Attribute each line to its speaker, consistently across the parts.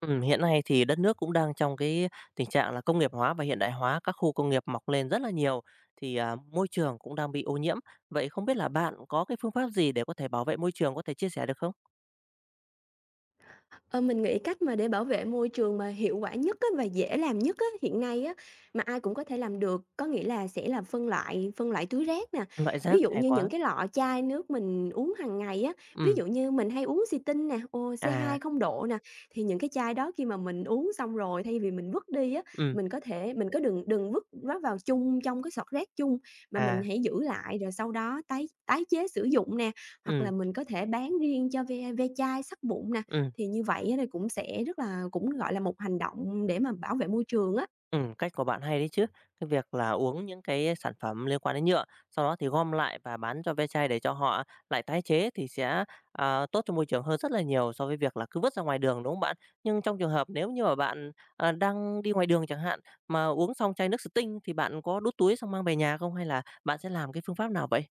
Speaker 1: Hiện nay thì đất nước cũng đang trong cái tình trạng là công nghiệp hóa và hiện đại hóa, các khu công nghiệp mọc lên rất là nhiều, thì môi trường cũng đang bị ô nhiễm. Vậy không biết là bạn có cái phương pháp gì để có thể bảo vệ môi trường, có thể chia sẻ được không?
Speaker 2: Ờ, mình nghĩ cách mà để bảo vệ môi trường mà hiệu quả nhất á, và dễ làm nhất á, hiện nay á, mà ai cũng có thể làm được có nghĩa là sẽ là phân loại túi rác nè.
Speaker 1: Loại
Speaker 2: Ví
Speaker 1: rác
Speaker 2: dụ
Speaker 1: hay
Speaker 2: như những
Speaker 1: quá.
Speaker 2: cái lọ chai nước mình uống hàng ngày á, ví
Speaker 1: Ừm,
Speaker 2: dụ như mình hay uống xì tin nè, ô C hai
Speaker 1: à,
Speaker 2: không độ nè, thì những cái chai đó khi mà mình uống xong rồi thay vì mình vứt đi á,
Speaker 1: ừm,
Speaker 2: mình có thể mình có đừng đừng vứt nó vào chung trong cái sọt rác chung mà mình
Speaker 1: à,
Speaker 2: hãy giữ lại rồi sau đó tái tái chế sử dụng nè, hoặc là
Speaker 1: ừm,
Speaker 2: mình có thể bán riêng cho ve ve chai sắt vụn nè,
Speaker 1: ừm.
Speaker 2: thì như vậy á thì cũng sẽ rất là cũng, gọi là, một hành động để mà bảo vệ môi trường á.
Speaker 1: Cách của bạn hay đấy chứ. Cái việc là uống những cái sản phẩm liên quan đến nhựa, sau đó thì gom lại và bán cho ve chai để cho họ lại tái chế thì sẽ tốt cho môi trường hơn rất là nhiều so với việc là cứ vứt ra ngoài đường, đúng không bạn? Nhưng trong trường hợp nếu như mà bạn đang đi ngoài đường chẳng hạn, mà uống xong chai nước Sting thì bạn có đút túi xong mang về nhà không? Hay là bạn sẽ làm cái phương pháp nào vậy?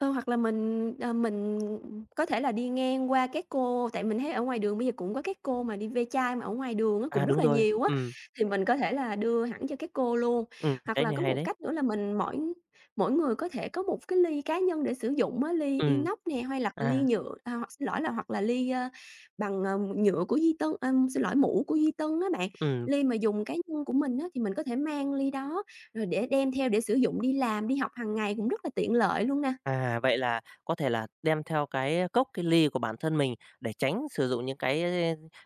Speaker 2: Ờ, hoặc là mình có thể là đi ngang qua các cô, tại mình thấy ở ngoài đường bây giờ cũng có các cô mà đi ve chai mà ở ngoài đường á, cũng
Speaker 1: À,
Speaker 2: rất
Speaker 1: đúng
Speaker 2: là
Speaker 1: rồi,
Speaker 2: nhiều á, thì mình có thể là đưa hẳn cho các cô luôn. Hoặc
Speaker 1: cái
Speaker 2: là
Speaker 1: này
Speaker 2: có
Speaker 1: hay
Speaker 2: một
Speaker 1: đấy.
Speaker 2: cách nữa là mình mỗi mỗi người có thể có một cái ly cá nhân để sử dụng á, ly
Speaker 1: Ừm,
Speaker 2: inox nè, hay là ly
Speaker 1: à,
Speaker 2: nhựa, à, hoặc xin lỗi là hoặc là ly, ơ, bằng, nhựa của di Tân, à, xin lỗi, mũ của di Tân á bạn.
Speaker 1: ừm.
Speaker 2: Ly mà dùng cá nhân của mình á, thì mình có thể mang ly đó rồi để đem theo để sử dụng đi làm, đi học hàng ngày cũng rất là tiện lợi luôn nè.
Speaker 1: À, vậy là có thể là đem theo cái cốc, cái ly của bản thân mình để tránh sử dụng những cái,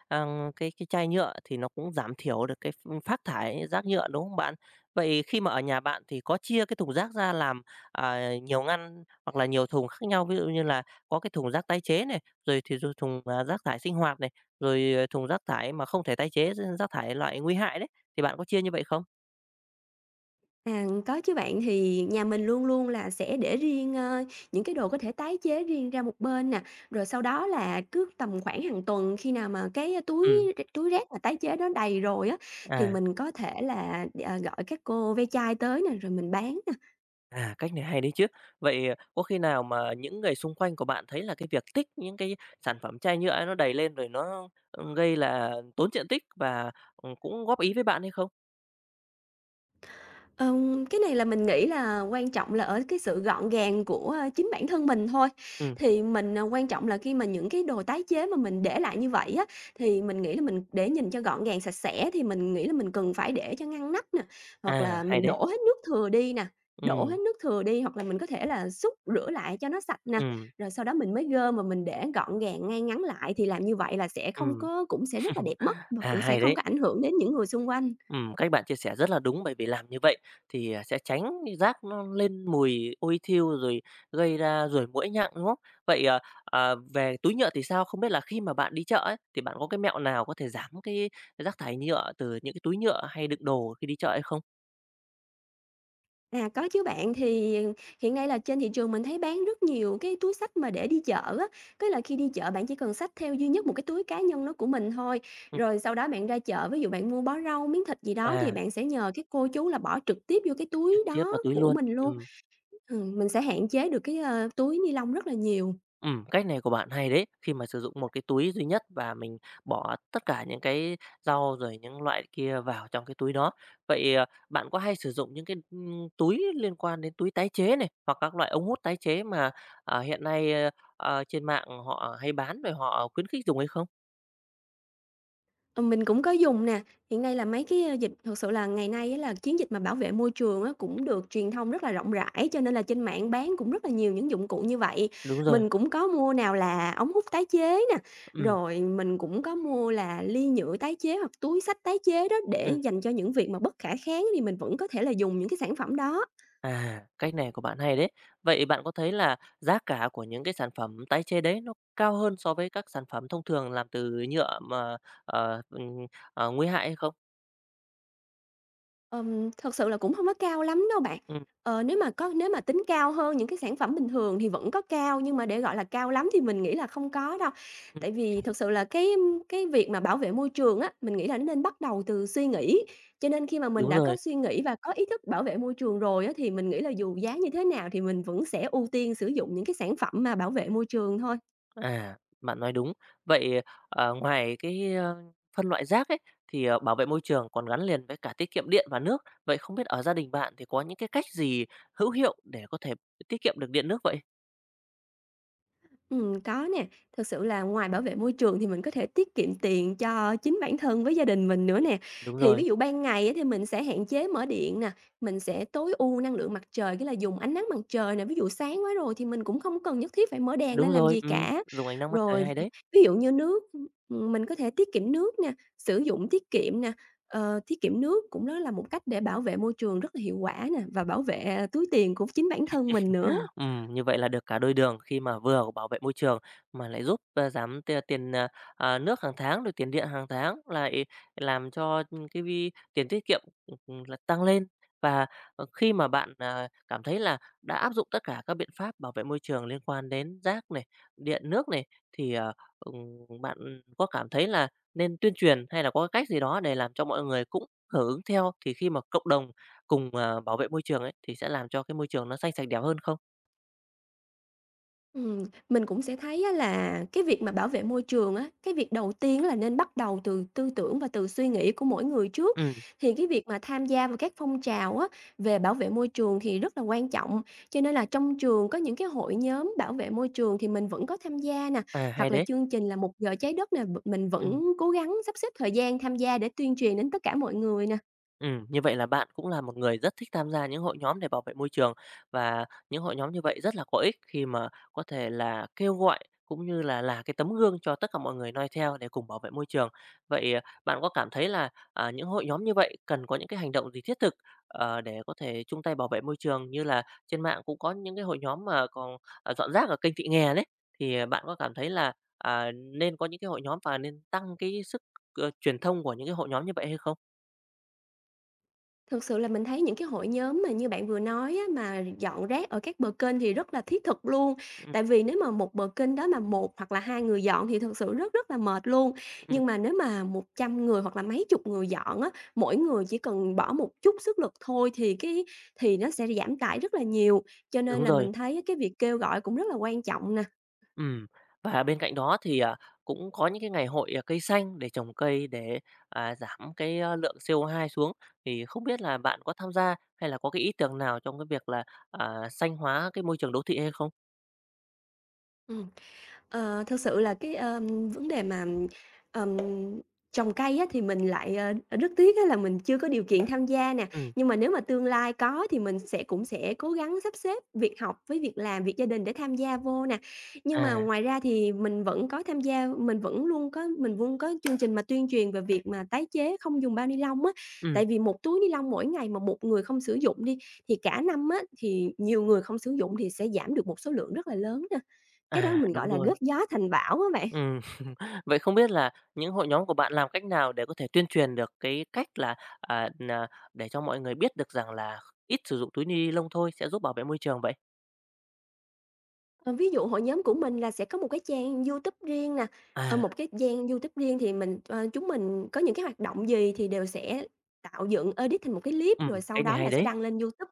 Speaker 1: ờ, cái chai nhựa thì nó cũng giảm thiểu được cái phát thải rác nhựa, đúng không bạn? Vậy khi mà ở nhà bạn thì có chia cái thùng rác ra làm nhiều ngăn hoặc là nhiều thùng khác nhau, ví dụ như là có cái thùng rác tái chế này, rồi thùng rác thải sinh hoạt này, rồi thùng rác thải mà không thể tái chế, rác thải loại nguy hại đấy, thì bạn có chia như vậy không?
Speaker 2: À, có chứ bạn, thì nhà mình luôn luôn là sẽ để riêng, ơ, những cái đồ có thể tái chế riêng ra một bên nè, rồi sau đó là cứ tầm khoảng hàng tuần khi nào mà cái
Speaker 1: Ừm,
Speaker 2: túi túi rác mà tái chế đó đầy rồi á, thì
Speaker 1: à.
Speaker 2: mình có thể là, gọi các cô ve chai tới nè, rồi mình bán.
Speaker 1: À, cách này hay đấy chứ. Vậy, có khi nào mà những người xung quanh của bạn thấy là cái việc tích những cái sản phẩm chai nhựa ấy nó đầy lên rồi nó gây là tốn diện tích và cũng góp ý với bạn hay không?
Speaker 2: Cái này là mình nghĩ là quan trọng là ở cái sự gọn gàng của, ơ, chính bản thân mình thôi.
Speaker 1: Ừm,
Speaker 2: Thì mình, quan trọng là khi mà những cái đồ tái chế mà mình để lại như vậy á, thì mình nghĩ là mình để nhìn cho gọn gàng, sạch sẽ, thì mình nghĩ là mình cần phải để cho ngăn nắp nè, hoặc
Speaker 1: à,
Speaker 2: là
Speaker 1: hay
Speaker 2: mình
Speaker 1: đấy.
Speaker 2: đổ hết nước thừa đi nè, đổ hết
Speaker 1: Ừm,
Speaker 2: nước thừa đi, hoặc là mình có thể là xúc rửa lại cho nó sạch nè,
Speaker 1: ừm,
Speaker 2: rồi sau đó mình mới gom mà mình để gọn gàng, ngay ngắn lại, thì làm như vậy là sẽ không
Speaker 1: ừm.
Speaker 2: có, cũng sẽ rất là đẹp mắt và
Speaker 1: À,
Speaker 2: cũng sẽ
Speaker 1: hay
Speaker 2: không
Speaker 1: đấy.
Speaker 2: có ảnh hưởng đến những người xung quanh.
Speaker 1: Cách bạn chia sẻ rất là đúng bởi vì làm như vậy thì sẽ tránh rác nó lên mùi ôi thiêu rồi gây ra ruồi muỗi nhặng, đúng không? Vậy, về túi nhựa thì sao? Không biết là khi mà bạn đi chợ ấy, thì bạn có cái mẹo nào có thể giảm cái rác thải nhựa từ những cái túi nhựa hay đựng đồ khi đi chợ hay không?
Speaker 2: À, có chứ bạn. Thì hiện nay là trên thị trường mình thấy bán rất nhiều cái túi xách mà để đi chợ á, tức là khi đi chợ bạn chỉ cần xách theo duy nhất một cái túi cá nhân đó của mình thôi.
Speaker 1: Ừm,
Speaker 2: Rồi sau đó bạn ra chợ, ví dụ bạn mua bó rau, miếng thịt gì đó thì
Speaker 1: à,
Speaker 2: bạn sẽ nhờ cái cô chú là bỏ trực tiếp vô cái túi
Speaker 1: trực tiếp
Speaker 2: đó
Speaker 1: vào túi
Speaker 2: của
Speaker 1: luôn,
Speaker 2: mình luôn.
Speaker 1: ừm.
Speaker 2: Mình sẽ hạn chế được cái, ơ, túi ni lông rất là nhiều.
Speaker 1: Cách này của bạn hay đấy, khi mà sử dụng một cái túi duy nhất và mình bỏ tất cả những cái rau rồi những loại kia vào trong cái túi đó. Vậy, bạn có hay sử dụng những cái túi liên quan đến túi tái chế này, hoặc các loại ống hút tái chế mà hiện nay, trên mạng họ hay bán rồi họ khuyến khích dùng hay không?
Speaker 2: Ờ, mình cũng có dùng nè, hiện nay là mấy cái, ơ, dịch, thực sự là ngày nay á là chiến dịch mà bảo vệ môi trường á cũng được truyền thông rất là rộng rãi, cho nên là trên mạng bán cũng rất là nhiều những dụng cụ như vậy.
Speaker 1: Đúng rồi,
Speaker 2: Mình cũng có mua nào là ống hút tái chế nè,
Speaker 1: ừm,
Speaker 2: rồi mình cũng có mua là ly nhựa tái chế hoặc túi xách tái chế đó, để
Speaker 1: ừm.
Speaker 2: dành cho những việc mà bất khả kháng thì mình vẫn có thể là dùng những cái sản phẩm đó.
Speaker 1: À, cách này của bạn hay đấy. Vậy bạn có thấy là giá cả của những cái sản phẩm tái chế đấy nó cao hơn so với các sản phẩm thông thường làm từ nhựa mà ờ, ừm, nguy hại hay không?
Speaker 2: Thật sự là cũng hông có cao lắm đâu bạn.
Speaker 1: Ừm,
Speaker 2: Ờ, nếu mà tính cao hơn những cái sản phẩm bình thường thì vẫn có cao, nhưng mà để gọi là cao lắm thì mình nghĩ là không có đâu.
Speaker 1: ừm,
Speaker 2: Tại vì thực sự là cái việc mà bảo vệ môi trường á, mình nghĩ là nó nên bắt đầu từ suy nghĩ. Cho nên khi mà mình
Speaker 1: đúng
Speaker 2: đã có
Speaker 1: rồi.
Speaker 2: suy nghĩ và có ý thức bảo vệ môi trường rồi á, thì mình nghĩ là dù giá như thế nào thì mình vẫn sẽ ưu tiên sử dụng những cái sản phẩm mà bảo vệ môi trường thôi.
Speaker 1: À, bạn nói đúng. Vậy, ngoài cái phân loại rác ấy thì bảo vệ môi trường còn gắn liền với cả tiết kiệm điện và nước. Vậy không biết ở gia đình bạn thì có những cái cách gì hữu hiệu để có thể tiết kiệm được điện nước vậy?
Speaker 2: Có nè. Thực sự là ngoài bảo vệ môi trường thì mình có thể tiết kiệm tiền cho chính bản thân với gia đình mình nữa
Speaker 1: Ừ,
Speaker 2: nè.
Speaker 1: Đúng
Speaker 2: Thì
Speaker 1: rồi,
Speaker 2: ví dụ ban ngày á thì mình sẽ hạn chế mở điện nè, mình sẽ tối ưu năng lượng mặt trời, cái là dùng ánh nắng mặt trời nè, ví dụ sáng quá rồi thì mình cũng không cần nhất thiết phải mở đèn lên
Speaker 1: đúng
Speaker 2: làm
Speaker 1: rồi.
Speaker 2: gì
Speaker 1: Ừ,
Speaker 2: cả.
Speaker 1: dùng ánh nắng mặt trời
Speaker 2: Rồi
Speaker 1: hay đấy.
Speaker 2: ví dụ như nước, mình có thể tiết kiệm nước nè, sử dụng tiết kiệm nè, tiết kiệm nước cũng đó là một cách để bảo vệ môi trường rất là hiệu quả nè, và bảo vệ túi tiền của chính bản thân mình nữa.
Speaker 1: Như vậy là được cả đôi đường khi mà vừa bảo vệ môi trường mà lại giúp giảm tiền nước hàng tháng, rồi tiền điện hàng tháng, lại làm cho, cái tiền tiết kiệm là tăng lên. Và, khi mà bạn cảm thấy là đã áp dụng tất cả các biện pháp bảo vệ môi trường liên quan đến rác này, điện, nước này, thì, ừm, bạn có cảm thấy là nên tuyên truyền hay là có cái cách gì đó để làm cho mọi người cũng hưởng ứng theo? Thì khi mà cộng đồng cùng bảo vệ môi trường ấy, thì sẽ làm cho cái môi trường nó xanh sạch đẹp hơn không?
Speaker 2: Mình cũng sẽ thấy á là cái việc mà bảo vệ môi trường á, cái việc đầu tiên là nên bắt đầu từ tư tưởng và từ suy nghĩ của mỗi người trước.
Speaker 1: Ừm,
Speaker 2: Thì cái việc mà tham gia vào các phong trào á, về bảo vệ môi trường thì rất là quan trọng, cho nên là trong trường có những cái hội nhóm bảo vệ môi trường thì mình vẫn có tham gia nè,
Speaker 1: à,
Speaker 2: hoặc
Speaker 1: hay
Speaker 2: là
Speaker 1: đấy.
Speaker 2: chương trình là một giờ trái đất nè, mình
Speaker 1: Ừm,
Speaker 2: vẫn cố gắng sắp xếp thời gian tham gia để tuyên truyền đến tất cả mọi người nè.
Speaker 1: ừm, như vậy là bạn cũng là một người rất thích tham gia những hội nhóm để bảo vệ môi trường và những hội nhóm như vậy rất là có ích khi mà có thể là kêu gọi cũng như là cái tấm gương cho tất cả mọi người noi theo để cùng bảo vệ môi trường. Vậy, bạn có cảm thấy là những hội nhóm như vậy cần có những cái hành động gì thiết thực, để có thể chung tay bảo vệ môi trường? Như là trên mạng cũng có những cái hội nhóm mà còn dọn rác ở kênh Thị Nghè đấy, thì bạn có cảm thấy là nên có những cái hội nhóm và nên tăng cái sức truyền thông của những cái hội nhóm như vậy hay không?
Speaker 2: Thực sự là mình thấy những cái hội nhóm mà như bạn vừa nói á, mà dọn rác ở các bờ kênh thì rất là thiết thực luôn.
Speaker 1: Ừm.
Speaker 2: Tại vì nếu mà một bờ kênh đó mà một hoặc là hai người dọn thì thực sự rất rất là mệt luôn. Nhưng mà nếu mà 100 người hoặc là mấy chục người dọn á, mỗi người chỉ cần bỏ một chút sức lực thôi thì cái thì nó sẽ giảm tải rất là nhiều. Cho nên
Speaker 1: Đúng
Speaker 2: là
Speaker 1: rồi,
Speaker 2: mình thấy cái việc kêu gọi cũng rất là quan trọng nè.
Speaker 1: ừm. Và bên cạnh đó thì cũng có những cái ngày hội cây xanh để trồng cây để giảm cái lượng CO2 xuống. Thì không biết là bạn có tham gia hay là có cái ý tưởng nào trong cái việc là xanh hóa cái môi trường đô thị hay không?
Speaker 2: Ừ. Ờ, thực sự là cái, ơ, vấn đề mà, ờm, trồng cây á thì mình lại, rất tiếc á là mình chưa có điều kiện tham gia nè,
Speaker 1: Ừm,
Speaker 2: nhưng mà nếu mà tương lai có thì mình cũng sẽ cố gắng sắp xếp việc học với việc làm, việc gia đình để tham gia vô nè. Nhưng mà
Speaker 1: à,
Speaker 2: ngoài ra thì mình vẫn có tham gia, mình luôn có chương trình mà tuyên truyền về việc mà tái chế không dùng bao ni lông á.
Speaker 1: ừm,
Speaker 2: Tại vì một túi ni lông mỗi ngày mà một người không sử dụng đi, thì cả năm á, thì nhiều người không sử dụng thì sẽ giảm được một số lượng rất là lớn nè. Cái đó
Speaker 1: à,
Speaker 2: mình gọi
Speaker 1: đúng
Speaker 2: là
Speaker 1: rồi.
Speaker 2: góp gió thành bão á bạn.
Speaker 1: Ừm, vậy không biết là những hội nhóm của bạn làm cách nào để có thể tuyên truyền được cái cách là, à, nà, để cho mọi người biết được rằng là ít sử dụng túi ni lông thôi sẽ giúp bảo vệ môi trường vậy?
Speaker 2: Ờ, ví dụ hội nhóm của mình là sẽ có một cái trang YouTube riêng nè,
Speaker 1: À,
Speaker 2: một cái trang YouTube riêng thì chúng mình có những cái hoạt động gì thì đều sẽ tạo dựng, edit thành một cái clip rồi sau
Speaker 1: cách này
Speaker 2: đó là
Speaker 1: hay
Speaker 2: sẽ
Speaker 1: đấy.
Speaker 2: đăng lên YouTube.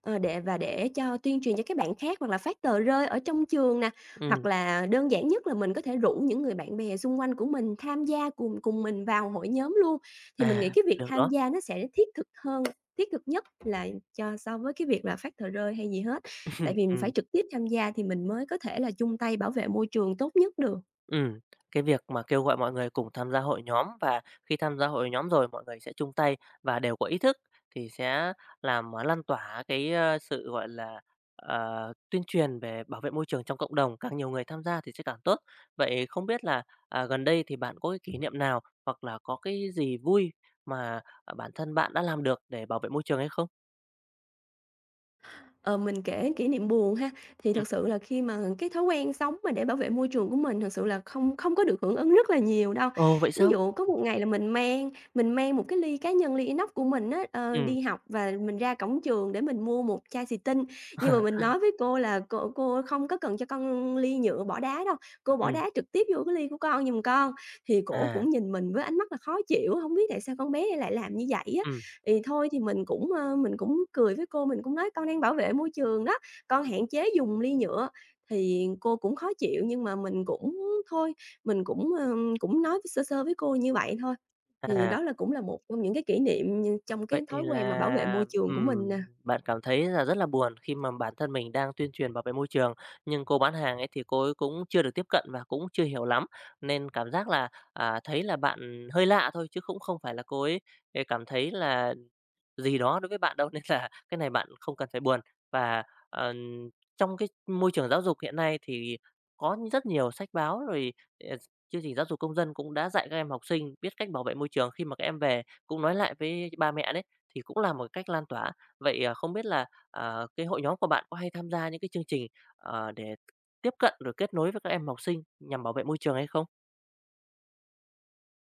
Speaker 2: Ờ, để cho tuyên truyền cho các bạn khác, hoặc là phát tờ rơi ở trong trường nè, hoặc
Speaker 1: Ừ.
Speaker 2: là đơn giản nhất là mình có thể rủ những người bạn bè xung quanh của mình tham gia cùng cùng mình vào hội nhóm luôn. Thì mình nghĩ
Speaker 1: À,
Speaker 2: cái việc
Speaker 1: được
Speaker 2: tham
Speaker 1: đó.
Speaker 2: gia nó sẽ thiết thực hơn, thiết thực nhất là so với cái việc là phát tờ rơi hay gì hết. Tại vì mình phải
Speaker 1: Ừm,
Speaker 2: trực tiếp tham gia thì mình mới có thể là chung tay bảo vệ môi trường tốt nhất được.
Speaker 1: ừm. Cái việc mà kêu gọi mọi người cùng tham gia hội nhóm và khi tham gia hội nhóm rồi mọi người sẽ chung tay và đều có ý thức thì sẽ làm lan tỏa cái sự, gọi là, tuyên truyền về bảo vệ môi trường trong cộng đồng, càng nhiều người tham gia thì sẽ càng tốt. Vậy không biết là gần đây thì bạn có cái kỷ niệm nào hoặc là có cái gì vui mà bản thân bạn đã làm được để bảo vệ môi trường hay không?
Speaker 2: Ờ, mình kể kỷ niệm buồn ha, thì
Speaker 1: Ừm.
Speaker 2: thật sự là khi mà cái thói quen sống mà để bảo vệ môi trường của mình thật sự là không không có được hưởng ứng rất là nhiều đâu.
Speaker 1: Ồ, vậy
Speaker 2: Ví
Speaker 1: sao?
Speaker 2: dụ có một ngày là mình mang một cái ly cá nhân, ly inox của mình á,
Speaker 1: Ừ,
Speaker 2: đi học và mình ra cổng trường để mình mua một chai xì tinh, nhưng mà mình nói với cô là "Cô không có cần cho con ly nhựa bỏ đá đâu, cô bỏ
Speaker 1: Ừm.
Speaker 2: đá trực tiếp vô cái ly của con giùm con." Thì cổ
Speaker 1: À,
Speaker 2: cũng nhìn mình với ánh mắt là khó chịu, không biết tại sao con bé này lại làm như vậy á.
Speaker 1: ừm,
Speaker 2: Thì thôi thì mình cũng, mình cũng cười với cô, mình cũng nói: "Con đang bảo vệ môi trường đó, con hạn chế dùng ly nhựa." Thì cô cũng khó chịu nhưng mà mình cũng thôi, mình cũng, cũng nói sơ sơ với cô như vậy thôi. Thì
Speaker 1: à.
Speaker 2: đó là cũng là một trong những cái kỷ niệm, trong
Speaker 1: Vậy
Speaker 2: cái thói quen mà bảo vệ môi
Speaker 1: là,
Speaker 2: trường của mình
Speaker 1: ừm,
Speaker 2: nè.
Speaker 1: bạn cảm thấy là rất là buồn khi mà bản thân mình đang tuyên truyền bảo vệ môi trường, nhưng cô bán hàng ấy thì cô ấy cũng chưa được tiếp cận và cũng chưa hiểu lắm, nên cảm giác là thấy là bạn hơi lạ thôi chứ cũng không phải là cô ấy, cảm thấy là gì đó đối với bạn đâu, nên là cái này bạn không cần phải buồn. Và, ờ, trong cái môi trường giáo dục hiện nay thì có rất nhiều sách báo rồi, ờ, chương trình giáo dục công dân cũng đã dạy các em học sinh biết cách bảo vệ môi trường khi mà các em về cũng nói lại với ba mẹ đấy, thì cũng là một cách lan tỏa. Vậy, không biết là cái hội nhóm của bạn có hay tham gia những cái chương trình, để tiếp cận rồi kết nối với các em học sinh nhằm bảo vệ môi trường hay không?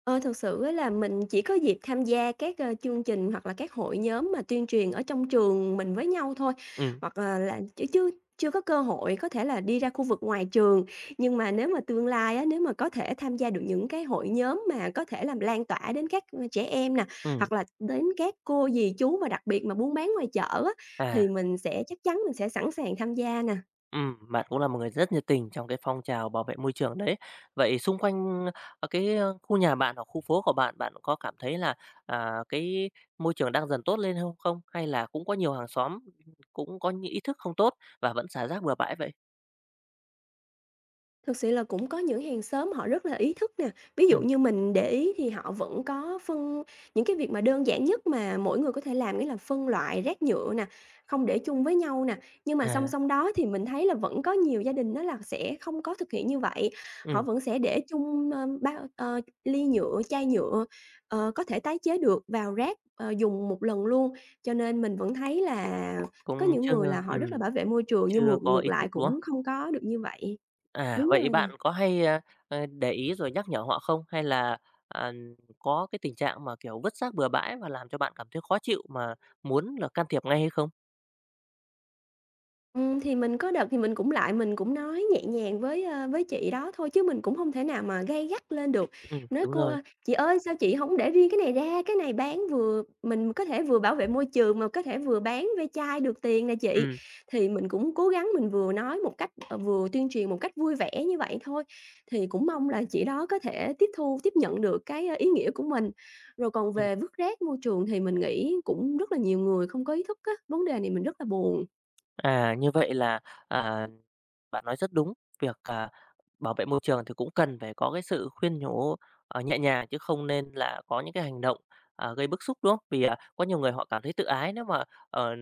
Speaker 2: Ờ, thực sự á là mình chỉ có dịp tham gia các, chương trình hoặc là các hội nhóm mà tuyên truyền ở trong trường mình với nhau thôi,
Speaker 1: Ừ
Speaker 2: hoặc, là chứ chưa chưa có cơ hội có thể là đi ra khu vực ngoài trường. Nhưng mà nếu mà tương lai á, nếu mà có thể tham gia được những cái hội nhóm mà có thể làm lan tỏa đến các, trẻ em nè,
Speaker 1: ừ
Speaker 2: hoặc là đến các cô dì chú, và đặc biệt mà buôn bán ngoài chợ á,
Speaker 1: à.
Speaker 2: thì mình sẽ chắc chắn mình sẽ sẵn sàng tham gia nè.
Speaker 1: Bạn cũng là một người rất nhiệt tình trong cái phong trào bảo vệ môi trường đấy. Vậy xung quanh, cái khu nhà bạn hoặc khu phố của bạn, bạn có cảm thấy là cái môi trường đang dần tốt lên hông không? Hay là cũng có nhiều hàng xóm cũng có những ý thức không tốt và vẫn xả rác bừa bãi vậy?
Speaker 2: Thực sự là cũng có những hàng xóm họ rất là ý thức nè, ví
Speaker 1: Ừ,
Speaker 2: dụ như mình để ý thì họ vẫn có phân những cái việc mà đơn giản nhất mà mỗi người có thể làm, nghĩa là phân loại rác nhựa nè, không để chung với nhau nè. Nhưng mà song
Speaker 1: à,
Speaker 2: song đó thì mình thấy là vẫn có nhiều gia đình đó là sẽ không có thực hiện như vậy, họ
Speaker 1: ừm,
Speaker 2: vẫn sẽ để chung, bao ly nhựa, chai nhựa, có thể tái chế được vào rác, dùng một lần luôn. Cho nên mình vẫn thấy là có
Speaker 1: cũng
Speaker 2: những
Speaker 1: chưa
Speaker 2: người là họ rất là
Speaker 1: ừm,
Speaker 2: bảo vệ môi trường nhưng
Speaker 1: chưa
Speaker 2: ngược
Speaker 1: có
Speaker 2: ngược
Speaker 1: ý thức,
Speaker 2: lại
Speaker 1: đúng
Speaker 2: cũng
Speaker 1: không?
Speaker 2: không có được như vậy.
Speaker 1: À,
Speaker 2: Đúng
Speaker 1: vậy
Speaker 2: rồi nè.
Speaker 1: bạn có hay, để ý rồi nhắc nhở họ không? Hay là, à, có cái tình trạng mà, kiểu, vứt rác bừa bãi và làm cho bạn cảm thấy khó chịu mà muốn là can thiệp ngay hay không?
Speaker 2: Thì mình có đợt thì mình cũng nói nhẹ nhàng với, với chị đó thôi chứ mình cũng không thể nào mà gay gắt lên được.
Speaker 1: ừ
Speaker 2: Nói:
Speaker 1: đúng
Speaker 2: "Cô
Speaker 1: rồi.
Speaker 2: ơi, chị ơi, sao chị không để riêng cái này ra? Cái này bán vừa mình có thể vừa bảo vệ môi trường mà có thể vừa bán ve chai được tiền nè chị."
Speaker 1: Ừm,
Speaker 2: Thì mình cũng cố gắng mình vừa nói một cách vừa tuyên truyền một cách vui vẻ như vậy thôi, thì cũng mong là chị đó có thể tiếp thu, tiếp nhận được cái, ý nghĩa của mình. Rồi còn
Speaker 1: ừm.
Speaker 2: về vứt rác môi trường thì mình nghĩ cũng rất là nhiều người không có ý thức á, vấn đề này mình rất là buồn.
Speaker 1: À, như vậy là, à, bạn nói rất đúng, việc bảo vệ môi trường thì cũng cần phải có cái sự khuyên nhủ, nhẹ nhàng chứ không nên là có những cái hành động gây bức xúc, đúng không? Vì có nhiều người họ cảm thấy tự ái nếu mà, ờ,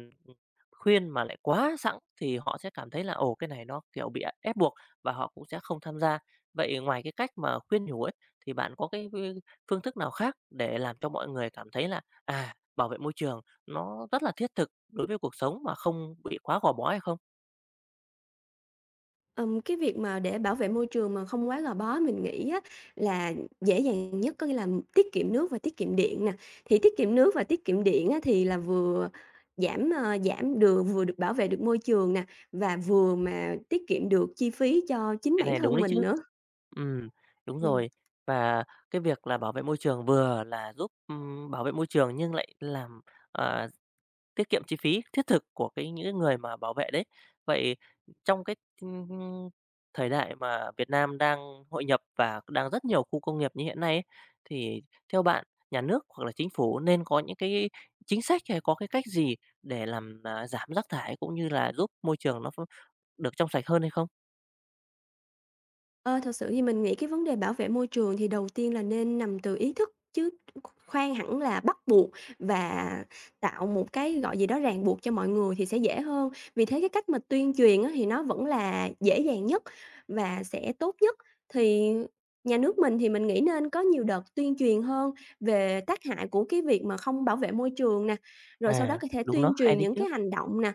Speaker 1: khuyên mà lại quá sẵn thì họ sẽ cảm thấy là, ồ, cái này nó, kiểu, bị ép buộc và họ cũng sẽ không tham gia. Vậy ngoài cái cách mà khuyên nhủ ấy, thì bạn có cái phương phương thức nào khác để làm cho mọi người cảm thấy là bảo vệ môi trường nó rất là thiết thực đối với cuộc sống mà không bị quá gò bó hay không?
Speaker 2: Cái việc mà để bảo vệ môi trường mà không quá gò bó mình nghĩ á là dễ dàng nhất, có nghĩa là tiết kiệm nước và tiết kiệm điện nè. Thì tiết kiệm nước và tiết kiệm điện á thì là vừa giảm, giảm được vừa được bảo vệ được môi trường nè, và vừa mà tiết kiệm được chi phí cho chính
Speaker 1: Cái
Speaker 2: bản
Speaker 1: này đúng
Speaker 2: thân
Speaker 1: đấy
Speaker 2: mình
Speaker 1: chứ.
Speaker 2: nữa.
Speaker 1: Ừm, đúng
Speaker 2: Ừm.
Speaker 1: rồi. Và cái việc là bảo vệ môi trường vừa là giúp bảo vệ môi trường nhưng lại làm, ờ, tiết kiệm chi phí thiết thực của cái những cái người mà bảo vệ đấy. Vậy trong cái, ưm, thời đại mà Việt Nam đang hội nhập và đang rất nhiều khu công nghiệp như hiện nay ấy, thì theo bạn, nhà nước hoặc là chính phủ nên có những cái chính sách hay có cái cách gì để làm giảm rác thải cũng như là giúp môi trường nó được trong sạch hơn hay không?
Speaker 2: Ờ, thật sự thì mình nghĩ cái vấn đề bảo vệ môi trường thì đầu tiên là nên nằm từ ý thức chứ khoan hẳn là bắt buộc và tạo một cái, gọi gì đó, ràng buộc cho mọi người thì sẽ dễ hơn. Vì thế cái cách mà tuyên truyền á thì nó vẫn là dễ dàng nhất và sẽ tốt nhất. Thì nhà nước mình thì mình nghĩ nên có nhiều đợt tuyên truyền hơn về tác hại của cái việc mà không bảo vệ môi trường nè, rồi sau đó
Speaker 1: À,
Speaker 2: có thể
Speaker 1: đúng đó,
Speaker 2: tuyên
Speaker 1: hay
Speaker 2: truyền
Speaker 1: đấy
Speaker 2: những
Speaker 1: chứ.
Speaker 2: cái hành động nè,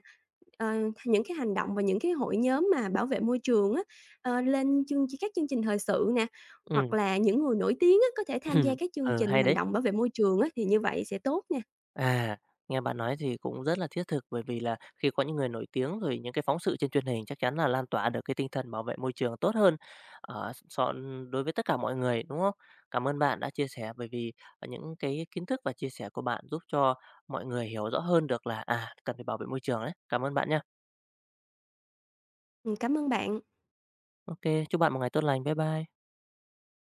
Speaker 2: ờ, những cái hành động và những cái hội nhóm mà bảo vệ môi trường á. Ờ, lên chương ch các chương trình thời sự nè, hoặc
Speaker 1: Ừm,
Speaker 2: là những người nổi tiếng á, có thể tham gia các chương
Speaker 1: ừ,
Speaker 2: trình
Speaker 1: hay
Speaker 2: hành
Speaker 1: đấy.
Speaker 2: động bảo vệ môi trường á, thì như vậy sẽ tốt nè.
Speaker 1: À, nghe bạn nói thì cũng rất là thiết thực bởi vì là khi có những người nổi tiếng rồi những cái phóng sự trên truyền hình chắc chắn là lan tỏa được cái tinh thần bảo vệ môi trường tốt hơn, so đối với tất cả mọi người, đúng không? Cảm ơn bạn đã chia sẻ bởi vì những cái kiến thức và chia sẻ của bạn giúp cho mọi người hiểu rõ hơn được là cần phải bảo vệ môi trường đấy. Cảm ơn bạn nha.
Speaker 2: Cảm ơn bạn.
Speaker 1: OK, chúc bạn một ngày tốt lành. Bye bye.